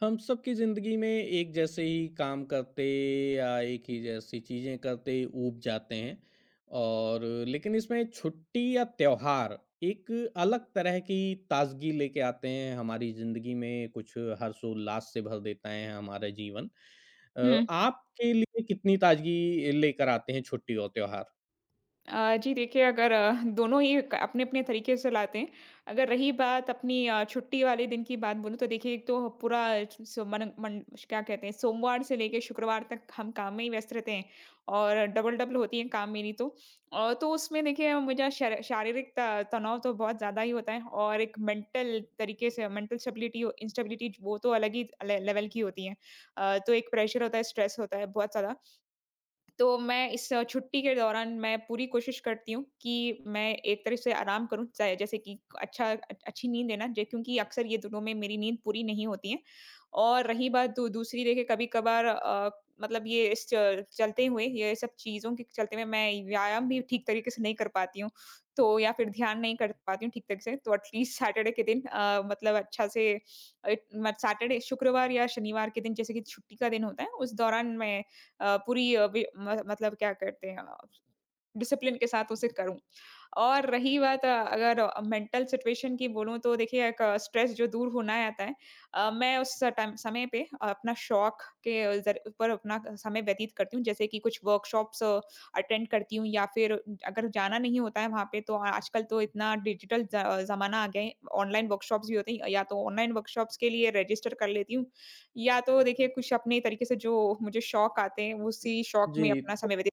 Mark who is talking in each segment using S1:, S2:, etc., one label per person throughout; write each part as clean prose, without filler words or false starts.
S1: हम सबकी ज़िंदगी में एक जैसे ही काम करते या एक ही जैसी चीज़ें करते ऊब जाते हैं। लेकिन इसमें छुट्टी या त्योहार एक अलग तरह की ताजगी लेके आते हैं हमारी ज़िंदगी में। कुछ हर्षोल्लास से भर देता है हमारा जीवन। अ,
S2: हुँ।
S1: आपके लिए कितनी ताजगी लेकर आते हैं छुट्टी और त्योहार?
S2: जी देखिए, अगर दोनों ही क अपने-अपने तरीके से लाते हैं। अगर रही बात अपनी छुट्टी वाले दिन की बात बोलूँ तो देखिए, एक तो पूरा स मन मन क्या कहते हैं, सोमवार से लेके शुक्रवार तक हम काम में ही व्यस्त रहते हैं और डबल-डबल होती है काम मेरी तो। तो उसमें देखिए, मुझे शर शारीरिक त तनाव तो बहुत ज़्यादा ही होता है और एक मेंटल तरीके से मेंटल स्टेबिलिटी इंस्टेबिलिटी वो तो अलग ही ले लेवल की होती है। तो एक प्रेशर होता है, स्ट्रेस होता है बहुत ज़्यादा। तो मैं इस छुट्टी के दौरान मैं पूरी कोशिश करती हूँ कि मैं एक तरह से आराम करूँ, चाहे जैसे कि अच्छी नींद लेना जे क्योंकि अक्सर ये दोनों में मेरी नींद पूरी नहीं होती है। और रही बात दू दूसरी, देखिए कभी-कभार मतलब ये इस च चलते हुए ये सब चीज़ों के चलते हुए मैं व्यायाम भी ठीक तरीके से नहीं कर पाती हूँ, तो या फिर ध्यान नहीं कर पाती हूँ ठीक तरीके से, तो एटलीस्ट सैटरडे के दिन मतलब अच्छा से अ, मत सैटरडे, शुक्रवार या शनिवार के दिन जैसे कि छुट्टी का दिन होता है, उस दौरान मैं पूरी अ, वे म मतलब क्या कहते हैं, डिसिप्लिन के साथ उसे करूँ। और रही बात अगर मेंटल सिचुएशन की बोलूँ तो देखिए एक स्ट्रेस जो दूर होना आता है, मैं उस टाइम समय पे अपना शौक के ज़र ऊपर अपना समय व्यतीत करती हूँ। जैसे कि कुछ वर्कशॉप्स अटेंड करती हूँ या फिर अगर जाना नहीं होता है वहाँ पे तो आजकल तो इतना डिजिटल ज ज़माना आ गया है। ऑनलाइन वर्कशॉप्स भी होती हैं या तो ऑनलाइन वर्कशॉप्स के लिए रजिस्टर कर लेती हूँ। या तो देखिए कुछ अपने तरीके से जो मुझे शौक आते हैं, उसी शौक
S1: जी।
S2: में अपना समय व्यतीत।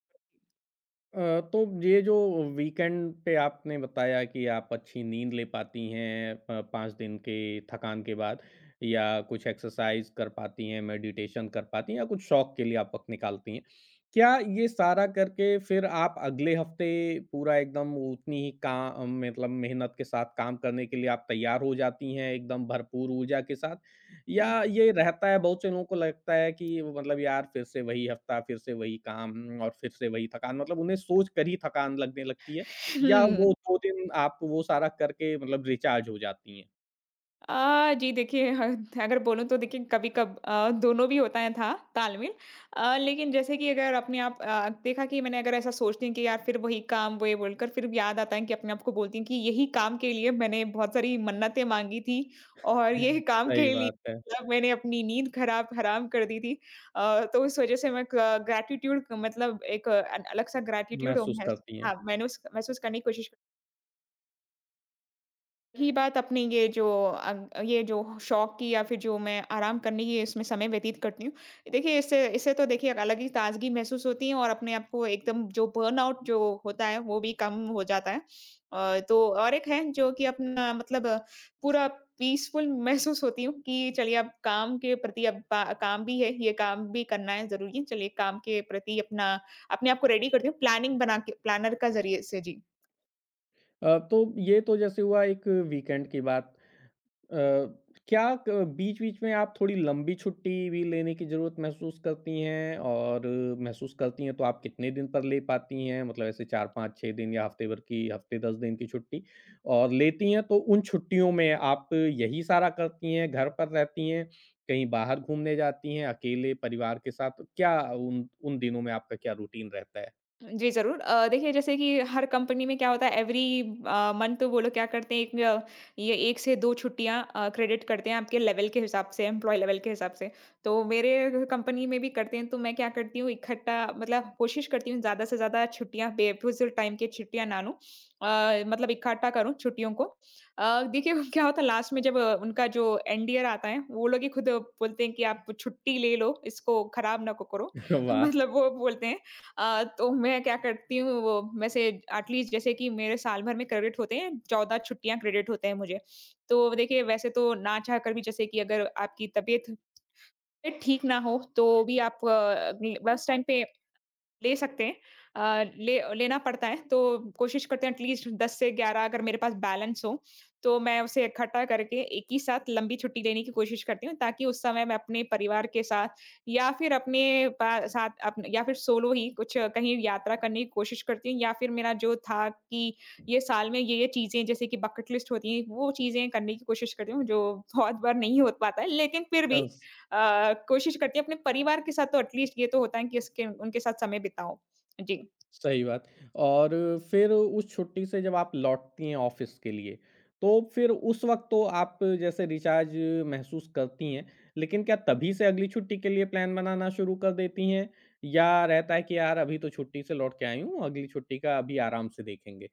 S1: तो ये जो वीकेंड पे आपने बताया कि आप अच्छी नींद ले पाती हैं, 5 दिन के थकान के बाद, या कुछ एक्सरसाइज़ कर पाती हैं, मेडिटेशन कर पाती हैं या कुछ शौक के लिए आप वक़्त निकालती हैं। क्या ये सारा करके फिर आप अगले हफ़्ते पूरा एकदम उतनी ही का मतलब मेहनत के साथ काम करने के लिए आप तैयार हो जाती हैं, एकदम भरपूर ऊर्जा के साथ? या ये रहता है बहुत से लोगों को लगता है कि वो मतलब यार फिर से वही हफ्ता, फिर से वही काम और फिर से वही थकान मतलब उन्हें सोच कर ही थकान लगने लगती है, या
S2: हुँ।
S1: वो 2 दिन आप वो सारा करके मतलब रिचार्ज हो जाती हैं।
S2: जी देखिए, ह अगर बोलूँ तो देखिए कभी-कभ दोनों भी होता है था तालमेल। लेकिन जैसे कि अगर अपने आप देखा कि मैंने, अगर ऐसा सोचती हूँ कि यार फिर वही काम, वही बोलकर फिर भी याद आता है कि अपने आप को बोलती हूँ कि यही काम के लिए मैंने बहुत सारी मन्नतें माँगी थी और यही काम
S1: सही
S2: के लिए
S1: बात है।
S2: मतलब मैंने अपनी नींद खराब हराम कर दी थी। तो उस वज़ह से मैं क ग्रैटिट्यूड, मतलब एक अलग-सा ग्रैटिट्यूड और
S1: महसूस
S2: महस
S1: करती हैं।
S2: हाँ, मैनूस महसूस करने की कोशिश। ही बात अपने ये जो शौक की या फिर जो मैं आराम करने की इसमें समय व्यतीत करती हूँ। देखिए, इससे इससे तो देखिए एक अलग ही ताज़गी महसूस होती है और अपने आप को एकदम जो बर्नआउट जो होता है वो भी कम हो जाता है। तो और एक है जो कि अपना, मतलब पूरा पीसफुल महसूस होती हूँ कि चलिए अब काम के प्रति, अब पा काम भी है, ये काम भी करना है, ज़रूरी है। चलिए काम के प्रति अपना अपने आप को रेडी करती हूँ, प्लानिंग बना के, प्लानर का ज़रिए से। जी।
S1: तो ये तो जैसे हुआ एक वीकेंड की बात। अ, क्या क बीच-बीच में आप थोड़ी लंबी छुट्टी भी लेने की ज़रूरत महसूस करती हैं? और महसूस करती हैं तो आप कितने दिन पर ले पाती हैं? मतलब ऐसे 4, 5, 6 दिन या हफ़्ते 10 दिन की छुट्टी? और लेती हैं तो उन छुट्टियों में आप यही सारा करती हैं, घर पर रहती हैं, कहीं बाहर घूमने जाती हैं, अकेले परिवार के साथ? क्या उन उन दिनों में आपका क्या रूटीन रहता है?
S2: जी, ज़रूर। देखिए जैसे कि हर कंपनी में क्या होता है, एवरी मंथ तो वो लोग क्या करते हैं एक ये 1 से 2 छुट्टियाँ क्रेडिट करते हैं आपके लेवल के हिसाब से, एम्प्लॉयी लेवल के हिसाब से। तो मेरे कंपनी में भी करते हैं, तो मैं क्या करती हूँ, इकट्ठा, मतलब कोशिश करती हूँ ज़्यादा से ज़्यादा छुट्टियाँ, बेफिज़ूल टाइम की छुट्टियाँ ना लूँ। मतलब इकट्ठा करूँ छुट्टियों को। देखिए क्या होता है, लास्ट में जब उनका जो एंड ईयर आता है, वो लोग ही खुद बोलते हैं कि आप छुट्टी ले लो, इसको खराब ना को करो।
S1: वाह!
S2: मतलब वो बोलते हैं। तो मैं क्या करती हूँ, वो मैं से एटलीस्ट जैसे कि मेरे साल भर में क्रेडिट होते हैं, 14 छुट्टियाँ क्रेडिट होते हैं मुझे। तो देखिए वैसे तो ना चाह कर भी, जैसे कि अगर आपकी तबीयत ठीक ना हो, तो भी आप बस टाइम पे ले सकते हैं, ले लेना पड़ता है, तो कोशिश करते हैं एटलीस्ट 10 से 11, अगर मेरे पास बैलेंस हो, तो मैं उसे इकट्ठा करके एक ही साथ लंबी छुट्टी लेने की कोशिश करती हूँ, ताकि उस समय मैं अपने परिवार के साथ या फिर अपने पा साथ अपने या फिर सोलो ही कुछ कहीं यात्रा करने की कोशिश करती हूँ, या फिर मेरा जो था कि ये साल में ये-ये चीज़ें जैसे कि बकेट लिस्ट होती हैं, वो चीज़ें करने की कोशिश करती हूँ जो बहुत बार नहीं हो पाता है, लेकिन फिर भी कोशिश करती है अपने परिवार के साथ, तो एटलीस्ट ये तो होता है कि इसके उनके साथ समय बिताओ। जी।
S1: सही बात। और फिर उस छुट्टी से जब आप लौटती हैं ऑफ़िस के लिए, तो फिर उस वक़्त तो आप जैसे रिचार्ज महसूस करती हैं, लेकिन क्या तभी से अगली छुट्टी के लिए प्लान बनाना शुरू कर देती हैं? या रहता है कि यार अभी तो छुट्टी से लौट के आई हूँ, अगली छुट्टी का अभी आराम से देखेंगे?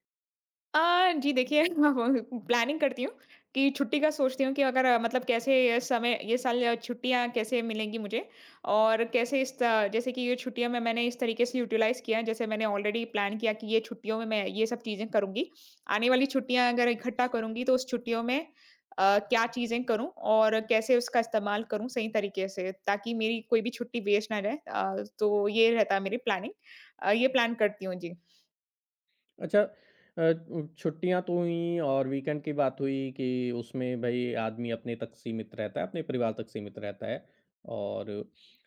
S2: जी देखिए प्लानिंग करती हूँ कि छुट्टी का सोचती हूँ कि अगर मतलब कैसे ये समय, ये साल छुट्टियाँ कैसे मिलेंगी मुझे, और कैसे जैसे कि ये छुट्टियाँ मैंने इस तरीके से यूटिलाइज किया है, जैसे मैंने ऑलरेडी प्लान किया कि ये छुट्टियों में मैं ये सब चीज़ें करूँगी, आने वाली छुट्टियाँ अगर इकट्ठा करूँगी तो उस छुट्टियों में क्या चीज़ें करूँ और कैसे उसका इस्तेमाल करूँ सही तरीके से ताकि मेरी कोई भी छुट्टी वेस्ट ना रहे। तो ये रहता है मेरी प्लानिंग, ये प्लान करती हूँ। जी।
S1: अच्छा। छुट्टियाँ तो हुईं और वीकेंड की बात हुई कि उसमें भई आदमी अपने तक सीमित रहता है, अपने परिवार तक सीमित रहता है, और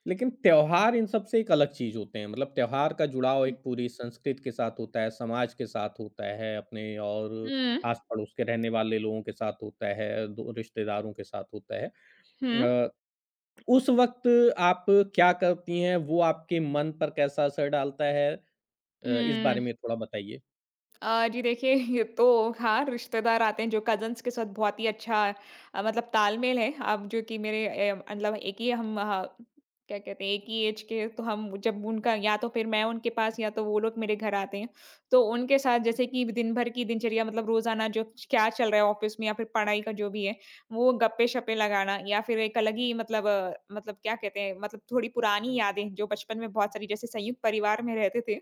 S1: लेकिन त्योहार इन सब से एक अलग चीज़ होते हैं। मतलब त्योहार का जुड़ाव एक पूरी संस्कृति के साथ होता है, समाज के साथ होता है अपने और
S2: हम्म।
S1: आस-पड़ोस के रहने वाले लोगों के साथ होता है, दो रिश्तेदारों के साथ होता है।
S2: हम्म।
S1: अ, उस वक़्त आप क्या करती हैं? वो आपके मन पर कैसा असर डालता है? इस बारे
S2: हुँ।
S1: में थोड़ा बताइए।
S2: जी देखिए, ये तो हाँ, रिश्तेदार आते हैं, जो कज़न्स के साथ बहुत ही अच्छा मतलब तालमेल है। अब जो कि मेरे मतलब एक ही हम, ह क्या कहते हैं, एक ही ऐज के, तो हम जब उनका या तो फिर मैं उनके पास या तो वो लोग मेरे घर आते हैं। तो उनके साथ जैसे कि दिन भर की दिनचर्या, मतलब रोज़ाना जो क्या चल रहा है ऑफ़िस में या फिर पढ़ाई का जो भी है, वो गप्पे-शप्पे लगाना, या फिर एक अलग ही मतलब मतलब क्या कहते हैं, मतलब थोड़ी पुरानी यादें जो बचपन में बहुत सारी जैसे संयुक्त परिवार में रहते थे,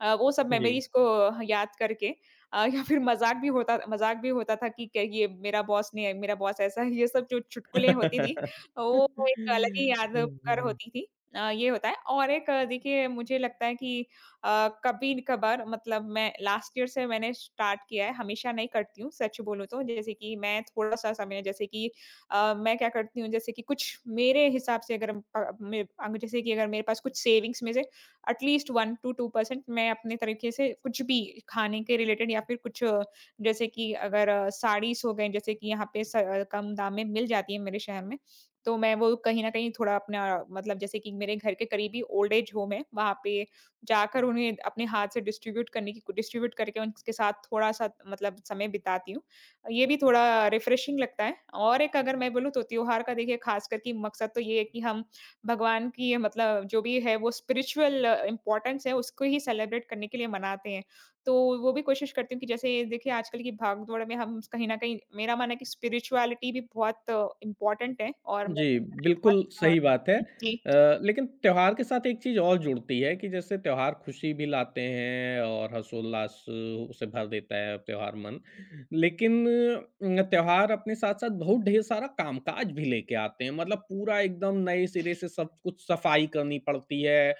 S2: वो सब
S1: जी।
S2: मेमोरीज़ को याद करके। या फिर मज़ाक भी होता था कि क्या, ये मेरा बॉस ने मेरा बॉस ऐसा है, ये सब जो चुटकुलें होती थी,
S1: हुँ,
S2: वो एक अलग ही
S1: हुँ,
S2: यादगार
S1: हुँ,
S2: होती थी। ये होता है, और एक देखिए मुझे लगता है कि अ, कभी-कभार, मतलब मैं लास्ट ईयर से मैंने स्टार्ट किया है, हमेशा नहीं करती हूँ सच बोलूँ तो। जैसे कि मैं थोड़ा-सा समय, जैसे कि मैं क्या करती हूँ जैसे कि कुछ मेरे हिसाब से अगर, मैं जैसे कि अगर मेरे पास कुछ सेविंग्स में से एटलीस्ट 1 टू 2% मैं अपने तरीके से, कुछ भी खाने के रिलेटेड या फिर कुछ, जैसे कि अगर साड़ीज़ हो गए, जैसे कि यहाँ पे कम दाम में मिल जाती है मेरे शहर में, तो मैं वो कहीं न कहीं थोड़ा अपना, मतलब जैसे कि मेरे घर के करीब ही ओल्ड एज होम है, वहाँ पे जाकर उन्हें अपने हाथ से डिस्ट्रीब्यूट करने की डिस्ट्रीब्यूट करके उनके साथ थोड़ा-सा मतलब समय बिताती हूँ। ये भी थोड़ा रिफ्रेशिंग लगता है। और एक अगर मैं बोलूँ तो त्योहार का, देखिए ख़ास करके मकसद तो ये है कि हम भगवान की ये, मतलब जो भी है वो स्पिरिचुअल इम्पोर्टेंस है, उसको ही सेलिब्रेट करने के लिए मनाते हैं। तो वो भी कोशिश करती हूँ कि, जैसे देखिए आजकल की भाग-दौड़ में हम कहीं न कहीं, मेरा मानना है कि स्पिरिचुअलिटी भी बहुत इम्पोर्टेंट है, और मैं
S1: जी,
S2: बहुत।
S1: बिल्कुल
S2: हाँ,
S1: सही बात है।
S2: जी।
S1: लेकिन त्योहार के साथ एक चीज़ और जुड़ती है कि जैसे त्योहार खुशी भी लाते हैं और हर्षोल्लास से भर देता है त्योहार मन। लेकिन त्योहार अपने साथ-साथ बहुत ढेर सारा कामकाज भी लेके आते हैं। मतलब पूरा एकदम नए सिरे से सब कुछ सफाई करनी पड़ती है,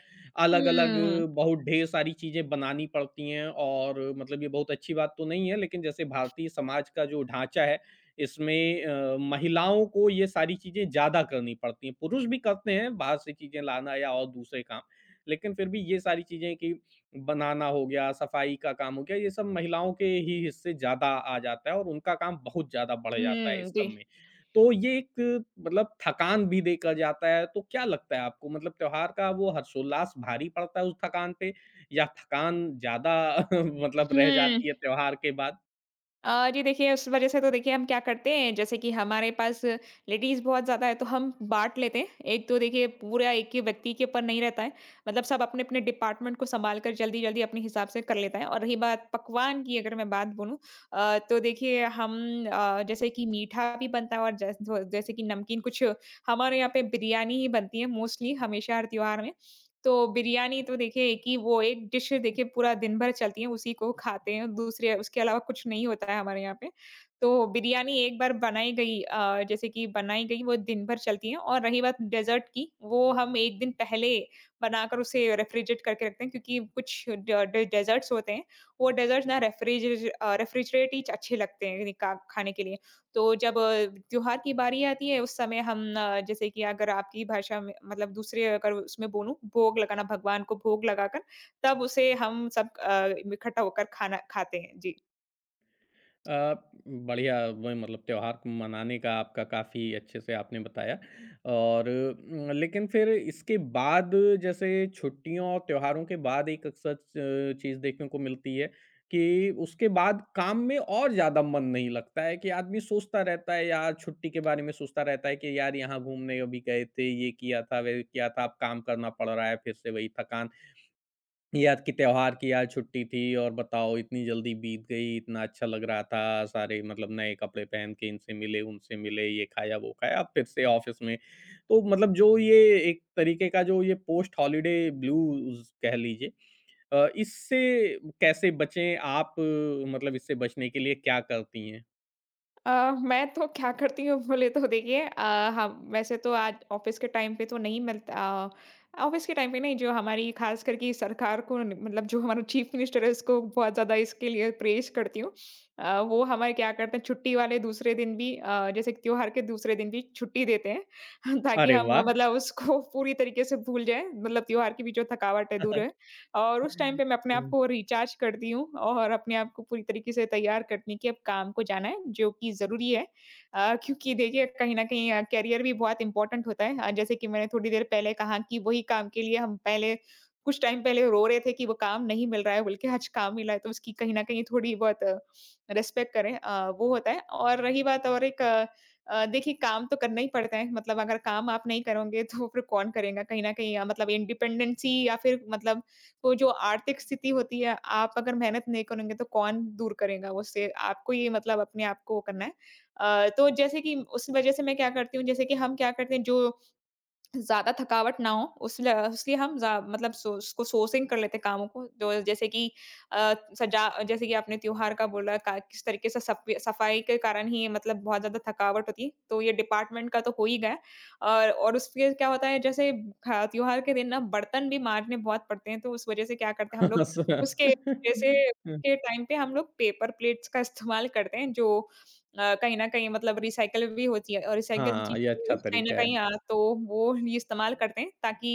S1: अलग-अलग
S2: हुँ।
S1: बहुत ढेर सारी चीज़ें बनानी पड़ती हैं, और मतलब ये बहुत अच्छी बात तो नहीं है लेकिन जैसे भारतीय समाज का जो ढाँचा है इसमें महिलाओं को ये सारी चीज़ें ज़्यादा करनी पड़ती हैं। पुरुष भी करते हैं बाहर से चीज़ें लाना या और दूसरे काम, लेकिन फिर भी ये सारी चीज़ें कि बनाना हो गया, सफाई का काम हो गया, ये सब महिलाओं के ही हिस्से ज़्यादा आ जाता है और उनका काम बहुत ज़्यादा बढ़ जाता है इस
S2: हुँ, जी।
S1: सब में। तो ये एक मतलब थकान भी देखा जाता है, तो क्या लगता है आपको मतलब त्योहार का वो हर्षोल्लास भारी पड़ता है उस थकान पे या थकान ज़्यादा मतलब रह
S2: हुँ।
S1: जाती है त्योहार के बाद?
S2: जी देखिए, उस वज़ह से तो देखिए हम क्या करते हैं, जैसे कि हमारे पास लेडीज़ बहुत ज़्यादा है, तो हम बाँट लेते हैं। एक तो देखिए पूरा एक ही व्यक्ति के ऊपर नहीं रहता है, मतलब सब अपने-अपने डिपार्टमेंट को सँभाल कर जल्दी-जल्दी अपने हिसाब से कर लेता है। और रही बात पकवान की, अगर मैं बात बोलूँ तो देखिए हम जैसे कि मीठा भी बनता है और जैसे कि नमकीन, कुछ हमारे यहाँ पे बिरयानी ही बनती है मोस्टली, हमेशा हर त्योहार में। तो बिरयानी तो देखिए एक ही वो एक डिश है, देखिए पूरा दिन भर चलती है, उसी को खाते हैं, दूसरे उसके अलावा कुछ नहीं होता है हमारे यहाँ पे। तो बिरयानी एक बार बनाई गई अ, जैसे कि बनाई गई वो दिन भर चलती है, और रही बात डेज़र्ट की, वो हम 1 दिन पहले बनाकर उसे रेफ्रिजरेट करके रखते हैं क्योंकि कुछ ड डे डेज़र्ट्स होते हैं, वो डेज़र्ट्स ना रेफ्रिजरेट ही अच्छे लगते हैं का खाने के लिए। तो जब त्योहार की बारी आती है, उस समय हम जैसे कि अगर आपकी भाषा में मतलब दूसरे, अगर उसमें बोलूँ, भोग लगाना, भगवान को भोग लगाकर तब उसे हम सब इकट्ठा होकर खाना खाते हैं। जी।
S1: अ, बढ़िया, वही मतलब त्योहार को मनाने का आपका काफ़ी अच्छे से आपने बताया। और लेकिन फिर इसके बाद जैसे छुट्टियों और त्योहारों के बाद एक अक्सर चीज़ देखने को मिलती है कि उसके बाद काम में और ज़्यादा मन नहीं लगता है कि आदमी सोचता रहता है यार छुट्टी के बारे में सोचता रहता है कि यार यहाँ घूमने अभी गए थे ये किया था वे किया था अब काम करना पड़ रहा है फिर से वही थकान, याद कि त्योहार की आज छुट्टी थी और बताओ इतनी जल्दी बीत गई इतना अच्छा लग रहा था, सारे मतलब नए कपड़े पहन के इनसे मिले उनसे मिले ये खाया वो खाया अब फिर से ऑफिस में, तो मतलब जो ये एक तरीके का जो ये पोस्ट हॉलीडे ब्लूज कह लीजिए, इससे कैसे बचें आप, मतलब इससे बचने के लिए क्या करती हैं?
S2: अ, मैं तो क्या करती हूँ बोले तो देखिए, हम वैसे तो आज ऑफिस के टाइम पे तो नहीं मिलता, ऑफिस के टाइम पे नहीं, जो हमारी खास करके सरकार को मतलब जो हमारा चीफ मिनिस्टर है उसको बहुत ज्यादा इसके लिए प्रेज करती हूँ। वो हमारे क्या करते हैं छुट्टी वाले दूसरे दिन भी, जैसे कि त्योहार के दूसरे दिन भी छुट्टी देते हैं। ताकि
S1: अरे
S2: हम
S1: वाह!
S2: मतलब उसको पूरी तरीके से भूल जाए, मतलब त्योहार की भी जो थकावट है दूर है। और उस टाइम पे मैं अपने आप
S1: हुँ।
S2: को रिचार्ज करती हूँ और अपने आप को पूरी तरीके से तैयार करने की अब काम को जाना है जो कि ज़रूरी है। क्योंकि देखिए कहीं न कहीं, करियर भी बहुत इम्पोर्टेंट होता है। जैसे कि मैंने थोड़ी देर पहले कहा कि वही काम के लिए हम पहले कुछ टाइम पहले रो रहे थे कि वो काम नहीं मिल रहा है, बल्कि आज काम मिला है तो उसकी कहीं न कहीं थोड़ी बहुत रिस्पेक्ट करें, वो होता है। और रही बात और एक देखिए काम तो करना ही पड़ता है, मतलब अगर काम आप नहीं करोगे तो फिर कौन करेगा? कहीं न कहीं, मतलब इंडिपेंडेंसी या फिर मतलब तो जो आर्थिक स्थिति होती है, आप अगर मेहनत नहीं करेंगे तो कौन दूर करेगा उससे, आपको ये मतलब अपने आप को वो करना है। तो जैसे कि उस वज़ह से मैं क्या करती हूँ, जैसे कि हम क्या करते हैं जो ज़्यादा थकावट ना हो उस ल इसलिए हम ज़ा मतलब सो उसको सोर्सिंग कर लेते हैं कामों को। जो जैसे कि सजा जैसे कि आपने त्योहार का बोला का किस तरीके से सफ़ी सफ़ाई के कारण ही मतलब बहुत ज़्यादा थकावट होती है, तो ये डिपार्टमेंट का तो हो ही गया। और उसके क्या होता है, जैसे ख त्योहार के दिन ना बर्तन भी माँजने बहुत पड़ते हैं, तो उस वज़ह से क्या करते हैं हम लोग उसके जैसे के टाइम पे हम लोग पेपर प्लेट्स का इस्तेमाल करते हैं, जो कहीं न कहीं मतलब रिसाइकिल भी होती है और रिसाइकिल
S1: हाँ, ये अच्छा
S2: चीज़ें कहीं न
S1: तरीका
S2: कहीं,
S1: है।
S2: तो वो ये इस्तेमाल करते हैं, ताकि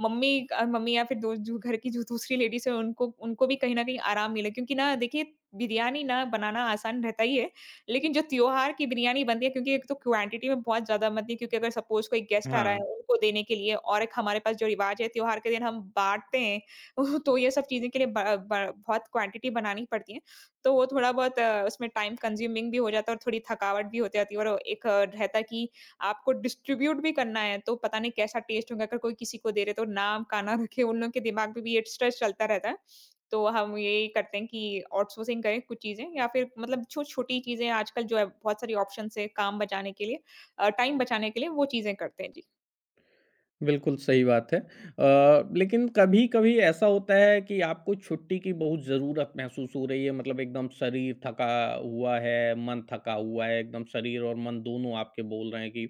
S2: मम्मी या फिर दो जो घर की जो दूसरी लेडीज़ है उनको उनको भी कहीं न कहीं आराम मिले, क्योंकि ना देखिए बिरयानी ना बनाना आसान रहता ही है। लेकिन जो त्योहार की बिरयानी बनती है, क्योंकि एक तो क्वांटिटी में बहुत ज़्यादा बनती है, क्योंकि अगर सपोज़ कोई गेस्ट आ रहा है
S1: हाँ।
S2: उनको देने के लिए और एक हमारे पास जो रिवाज़ है त्योहार के दिन हम बाँटते हैं। तो ये सब चीज़ों के लिए ब ब बहुत क्वांटिटी बनानी पड़ती है। तो वो थोड़ा बहुत उसमें टाइम कंज्यूमिंग भी हो जाता है और थोड़ी थकावट भी होती जाती है, और एक रहता है कि आपको डिस्ट्रीब्यूट भी करना है, तो पता नहीं कैसा टेस्ट होगा, अगर कोई किसी को दे रहे तो नाम का ना रखे, उन लोगों के दिमाग में भी ये स्ट्रेस चलता रहता है। तो हम यही करते हैं कि आउटसोर्सिंग करें कुछ चीज़ें या फिर मतलब छो-छोटी चीज़ें, आजकल जो है बहुत सारी ऑप्शंस है काम बचाने के लिए, टाइम बचाने के लिए वो चीज़ें करते हैं। जी।
S1: बिल्कुल सही बात है। लेकिन कभी-कभी ऐसा होता है कि आपको छुट्टी की बहुत ज़रूरत महसूस हो रही है मतलब एकदम शरीर थका हुआ है, मन थका हुआ है, एकदम शरीर और मन दोनों आपके बोल रहे हैं कि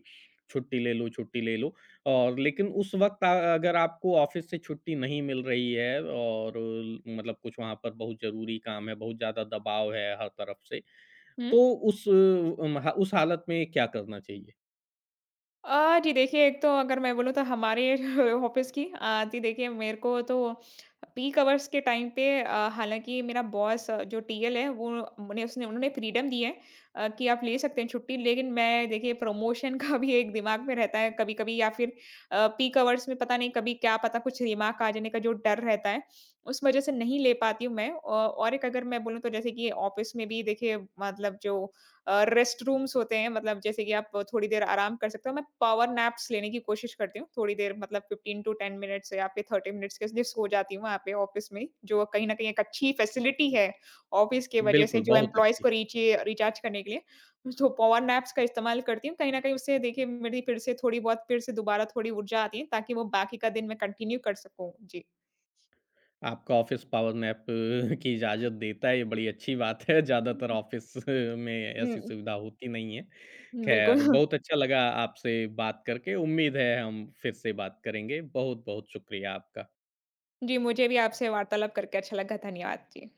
S1: छुट्टी ले लो, छुट्टी ले लो, लेकिन उस वक़्त अगर आपको ऑफ़िस से छुट्टी नहीं मिल रही है और मतलब कुछ वहाँ पर बहुत ज़रूरी काम है, बहुत ज़्यादा दबाव है हर तरफ से,
S2: हुँ।
S1: तो उस हालत में क्या करना चाहिए?
S2: जी देखिए, एक तो अगर मैं बोलूँ तो हमारे ऑफ़िस की, जी देखिए मेरे को तो पीक आवर्स के टाइम पे, हालाँकि मेरा बॉस जो टीएल है वो मने उसने उन्होंने फ्रीडम दी है कि आप ले सकते हैं छुट्टी। लेकिन मैं देखिए प्रमोशन का भी एक दिमाग में रहता है कभी-कभी, या फिर पीक आवर्स में पता नहीं कभी क्या पता कुछ रिमार्क आ जाने का जो डर रहता है, उस वज़ह से नहीं ले पाती हूँ मैं। और एक अगर मैं बोलूँ तो जैसे कि ऑफ़िस में भी देखिए मतलब जो रेस्ट रूम्स होते हैं, मतलब जैसे कि आप थोड़ी देर आराम कर सकते हो। मैं पावर नैप्स लेने की कोशिश करती हूँ, थोड़ी देर मतलब 15-10 मिनट्स या फिर 30 मिनट्स के लिए सो जाती हूँ वहाँ पे ऑफ़िस में, जो कहीं न कहीं एक अच्छी फैसिलिटी है ऑफ़िस के वजह से
S1: बिल्कुल,
S2: जो
S1: बहुत
S2: एम्प्लॉइज़
S1: अच्छे।
S2: को रीचे रिचार्ज करने के लिए। तो पावर नैप्स का इस्तेमाल करती हूँ, कहीं न कहीं उससे देखिए मेरी फिर से थोड़ी बहुत फिर से दोबारा थोड़ी ऊर्जा आती है, ताकि वो बाकी का दिन मैं कंटिन्यू कर सकूँ। जी।
S1: आपका ऑफ़िस पावर नैप की इजाज़त देता है, ये बड़ी अच्छी बात है, ज़्यादातर ऑफ़िस में ऐसी
S2: हुँ,
S1: सुविधा होती नहीं है। ख़ैर
S2: बिल्कुल।
S1: बहुत अच्छा लगा आपसे बात करके, उम्मीद है हम फिर से बात करेंगे। बहुत-बहुत शुक्रिया आपका।
S2: जी, मुझे भी आपसे वार्तालाप करके अच्छा लगा। धन्यवाद। जी।